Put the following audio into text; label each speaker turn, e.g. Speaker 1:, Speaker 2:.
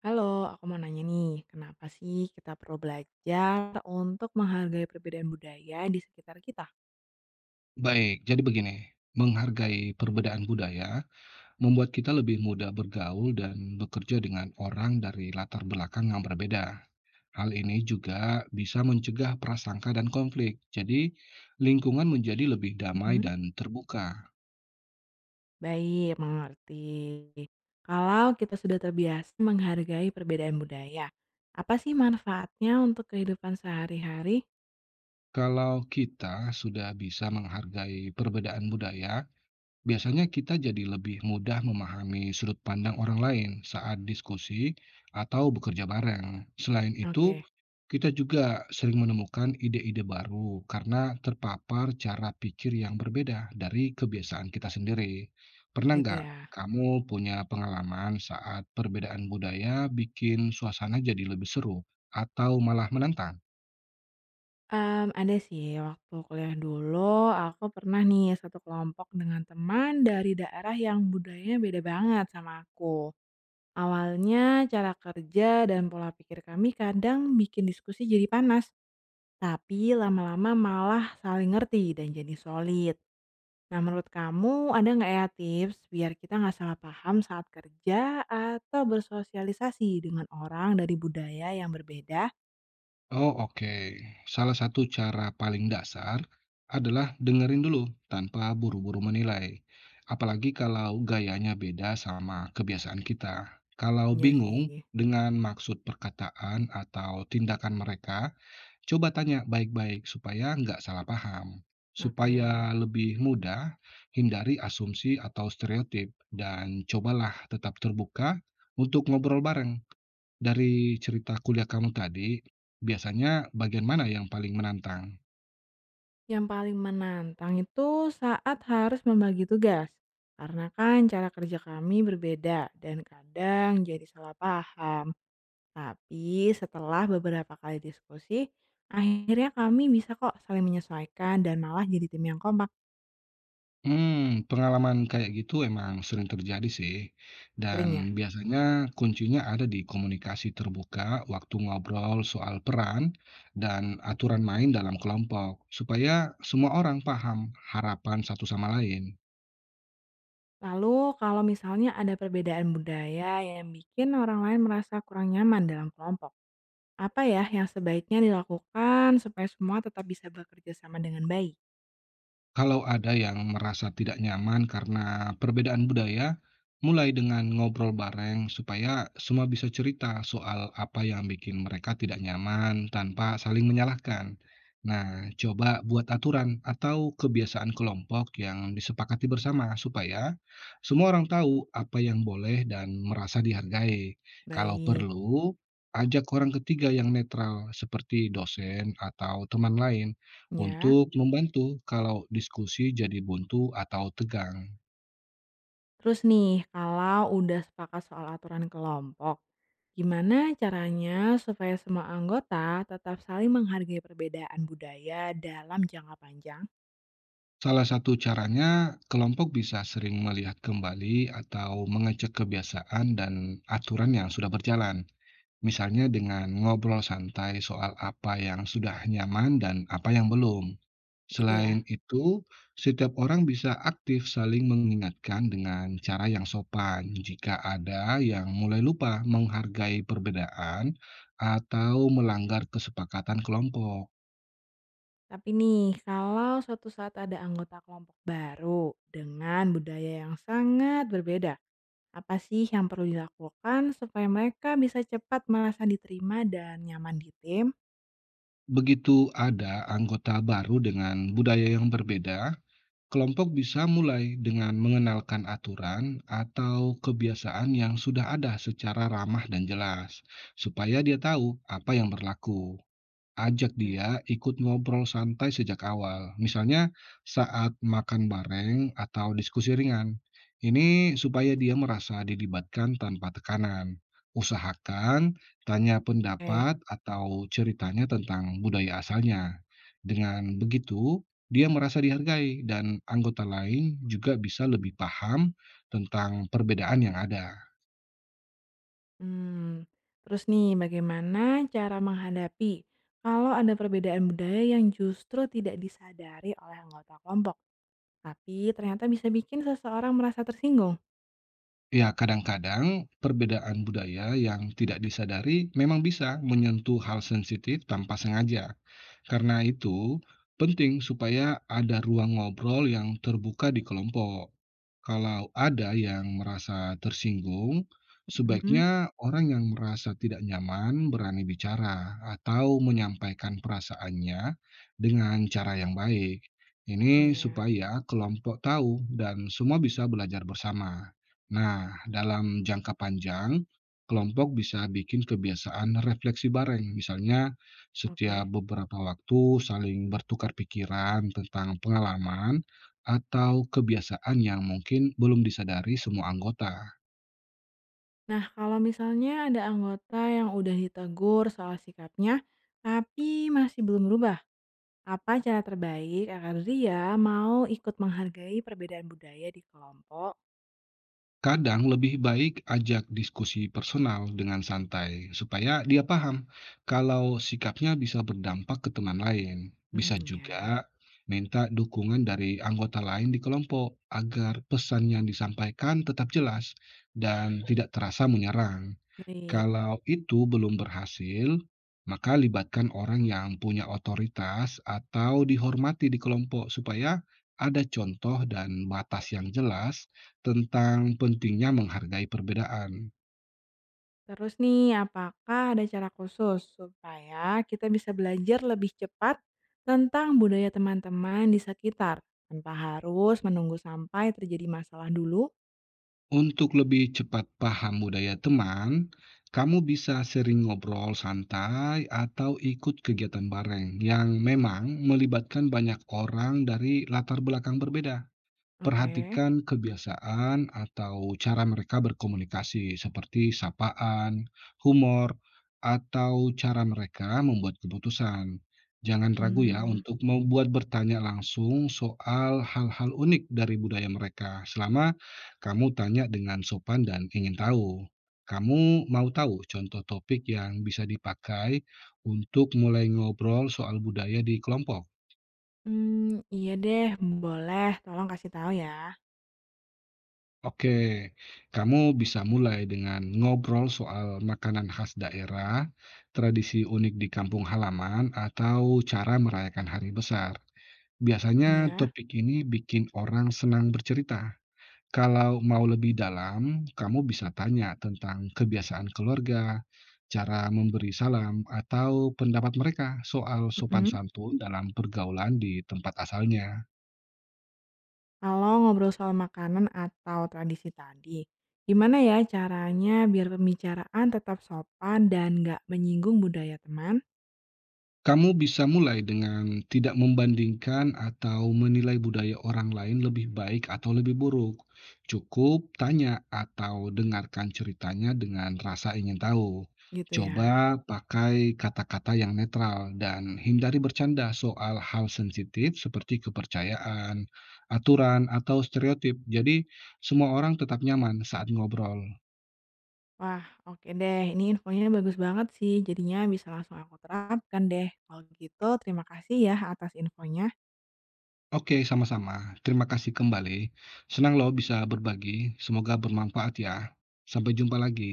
Speaker 1: Halo, aku mau nanya nih, kenapa sih kita perlu belajar untuk menghargai perbedaan budaya di sekitar kita?
Speaker 2: Baik, jadi begini, menghargai perbedaan budaya membuat kita lebih mudah bergaul dan bekerja dengan orang dari latar belakang yang berbeda. Hal ini juga bisa mencegah prasangka dan konflik. Jadi, lingkungan menjadi lebih damai
Speaker 1: Mm-mm.
Speaker 2: dan terbuka.
Speaker 1: Baik, mengerti. Kalau kita sudah terbiasa menghargai perbedaan budaya, apa sih manfaatnya untuk kehidupan sehari-hari?
Speaker 2: Kalau kita sudah bisa menghargai perbedaan budaya, biasanya kita jadi lebih mudah memahami sudut pandang orang lain saat diskusi atau bekerja bareng. Selain itu,
Speaker 1: Oke,
Speaker 2: kita juga sering menemukan ide-ide baru karena terpapar cara pikir yang berbeda dari kebiasaan kita sendiri. Pernah
Speaker 1: gitu
Speaker 2: nggak
Speaker 1: ya.
Speaker 2: kamu punya pengalaman saat perbedaan budaya bikin suasana jadi lebih seru atau malah menantang?
Speaker 1: Ada sih, waktu kuliah dulu aku pernah nih satu kelompok dengan teman dari daerah yang budayanya beda banget sama aku. Awalnya cara kerja dan pola pikir kami kadang bikin diskusi jadi panas, tapi lama-lama malah saling ngerti dan jadi solid. Nah menurut kamu ada nggak ya tips biar kita nggak salah paham saat kerja atau bersosialisasi dengan orang dari budaya yang berbeda?
Speaker 2: Oh oke, salah satu cara paling dasar adalah dengerin dulu tanpa buru-buru menilai. Apalagi kalau gayanya beda sama kebiasaan kita. Kalau
Speaker 1: Iya
Speaker 2: bingung
Speaker 1: sih,
Speaker 2: dengan maksud perkataan atau tindakan mereka, coba tanya baik-baik supaya nggak salah paham.
Speaker 1: oke.
Speaker 2: Supaya lebih mudah, hindari asumsi atau stereotip dan cobalah tetap terbuka untuk ngobrol bareng. Dari cerita kuliah kamu tadi, biasanya bagian mana yang paling menantang?
Speaker 1: Yang paling menantang itu saat harus membagi tugas. Karena kan cara kerja kami berbeda dan kadang jadi salah paham. Tapi setelah beberapa kali diskusi, akhirnya kami bisa kok saling menyesuaikan dan malah jadi tim yang kompak,
Speaker 2: Hmm, pengalaman kayak gitu emang sering terjadi sih, dan
Speaker 1: sering ya.
Speaker 2: biasanya kuncinya ada di komunikasi terbuka waktu ngobrol soal peran dan aturan main dalam kelompok, supaya semua orang paham harapan satu sama lain.
Speaker 1: Lalu kalau misalnya ada perbedaan budaya yang bikin orang lain merasa kurang nyaman dalam kelompok, apa ya yang sebaiknya dilakukan supaya semua tetap bisa bekerja sama dengan baik?
Speaker 2: Kalau ada yang merasa tidak nyaman karena perbedaan budaya, mulai dengan ngobrol bareng supaya semua bisa cerita soal apa yang bikin mereka tidak nyaman tanpa saling menyalahkan. Nah, coba buat aturan atau kebiasaan kelompok yang disepakati bersama supaya semua orang tahu apa yang boleh dan merasa dihargai. Kalau
Speaker 1: Baik,
Speaker 2: perlu, ajak orang ketiga yang netral seperti dosen atau teman lain
Speaker 1: ya.
Speaker 2: untuk membantu kalau diskusi jadi buntu atau tegang.
Speaker 1: Terus nih, kalau udah sepakat soal aturan kelompok, gimana caranya supaya semua anggota tetap saling menghargai perbedaan budaya dalam jangka panjang
Speaker 2: Salah satu caranya, kelompok bisa sering melihat kembali atau mengecek kebiasaan dan aturan yang sudah berjalan. Misalnya dengan ngobrol santai soal apa yang sudah nyaman dan apa yang belum.
Speaker 1: gitu
Speaker 2: Selain
Speaker 1: ya?
Speaker 2: itu, setiap orang bisa aktif saling mengingatkan dengan cara yang sopan jika ada yang mulai lupa menghargai perbedaan atau melanggar kesepakatan kelompok.
Speaker 1: Tapi nih, kalau suatu saat ada anggota kelompok baru dengan budaya yang sangat berbeda, apa sih yang perlu dilakukan supaya mereka bisa cepat merasa diterima dan nyaman di tim?
Speaker 2: Begitu ada anggota baru dengan budaya yang berbeda, kelompok bisa mulai dengan mengenalkan aturan atau kebiasaan yang sudah ada secara ramah dan jelas, supaya dia tahu apa yang berlaku. Ajak
Speaker 1: Gitu ya.
Speaker 2: dia ikut ngobrol santai sejak awal, misalnya saat makan bareng atau diskusi ringan. Ini supaya dia merasa dilibatkan tanpa tekanan. Usahakan tanya
Speaker 1: Oke.
Speaker 2: pendapat atau ceritanya tentang budaya asalnya. Dengan begitu, dia merasa dihargai dan anggota lain juga bisa lebih paham tentang perbedaan yang ada.
Speaker 1: Hmm, terus nih bagaimana cara menghadapi kalau ada perbedaan budaya yang justru tidak disadari oleh anggota kelompok, tapi ternyata bisa bikin seseorang merasa tersinggung?
Speaker 2: Ya, kadang-kadang perbedaan budaya yang tidak disadari memang bisa menyentuh hal sensitif tanpa sengaja. Karena itu, penting supaya ada ruang ngobrol yang terbuka di kelompok. Kalau ada yang merasa tersinggung,
Speaker 1: Hmm,
Speaker 2: sebaiknya orang yang merasa tidak nyaman berani bicara atau menyampaikan perasaannya dengan cara yang baik. Ini
Speaker 1: ya,
Speaker 2: supaya kelompok tahu dan semua bisa belajar bersama. Nah, dalam jangka panjang, kelompok bisa bikin kebiasaan refleksi bareng. Misalnya, setiap
Speaker 1: oke.
Speaker 2: beberapa waktu saling bertukar pikiran tentang pengalaman atau kebiasaan yang mungkin belum disadari semua anggota.
Speaker 1: Nah, kalau misalnya ada anggota yang udah ditegur soal sikapnya, tapi masih belum berubah, apa cara terbaik agar dia mau ikut menghargai perbedaan budaya di kelompok?
Speaker 2: Kadang lebih baik ajak diskusi personal dengan santai, supaya dia paham kalau sikapnya bisa berdampak ke teman lain. Bisa
Speaker 1: Hmm, ya,
Speaker 2: juga minta dukungan dari anggota lain di kelompok agar pesan yang disampaikan tetap jelas dan tidak terasa menyerang.
Speaker 1: baik.
Speaker 2: Kalau itu belum berhasil, maka libatkan orang yang punya otoritas atau dihormati di kelompok supaya ada contoh dan batas yang jelas tentang pentingnya menghargai perbedaan.
Speaker 1: Terus nih, apakah ada cara khusus supaya kita bisa belajar lebih cepat tentang budaya teman-teman di sekitar tanpa harus menunggu sampai terjadi masalah dulu?
Speaker 2: Untuk lebih cepat paham budaya teman, kamu bisa sering ngobrol santai atau ikut kegiatan bareng yang memang melibatkan banyak orang dari latar belakang berbeda.
Speaker 1: Oke.
Speaker 2: Perhatikan kebiasaan atau cara mereka berkomunikasi, seperti sapaan, humor, atau cara mereka membuat keputusan. Jangan ragu ya
Speaker 1: Hmm,
Speaker 2: untuk membuat bertanya langsung soal hal-hal unik dari budaya mereka, selama kamu tanya dengan sopan dan ingin tahu. Kamu mau tahu contoh topik yang bisa dipakai untuk mulai ngobrol soal budaya di kelompok?
Speaker 1: iya deh, boleh tolong kasih tahu ya.
Speaker 2: Oke, kamu bisa mulai dengan ngobrol soal makanan khas daerah, tradisi unik di kampung halaman, atau cara merayakan hari besar. Biasanya
Speaker 1: Iya,
Speaker 2: topik ini bikin orang senang bercerita. Kalau mau lebih dalam, kamu bisa tanya tentang kebiasaan keluarga, cara memberi salam, atau pendapat mereka soal sopan
Speaker 1: mhm.
Speaker 2: santun dalam pergaulan di tempat asalnya.
Speaker 1: Kalau ngobrol soal makanan atau tradisi tadi, gimana ya caranya biar pembicaraan tetap sopan dan nggak menyinggung budaya teman?
Speaker 2: Kamu bisa mulai dengan tidak membandingkan atau menilai budaya orang lain lebih baik atau lebih buruk. Cukup tanya atau dengarkan ceritanya dengan rasa ingin tahu.
Speaker 1: Gitu ya.
Speaker 2: Coba pakai kata-kata yang netral dan hindari bercanda soal hal sensitif seperti kepercayaan, aturan, atau stereotip. Jadi, semua orang tetap nyaman saat ngobrol.
Speaker 1: Wah, oke deh. Ini infonya bagus banget sih. Jadinya bisa langsung aku terapkan deh. Kalau gitu, terima kasih ya atas infonya.
Speaker 2: Oke, sama-sama. Terima kasih kembali. Senang loh bisa berbagi. Semoga bermanfaat ya. Sampai jumpa lagi.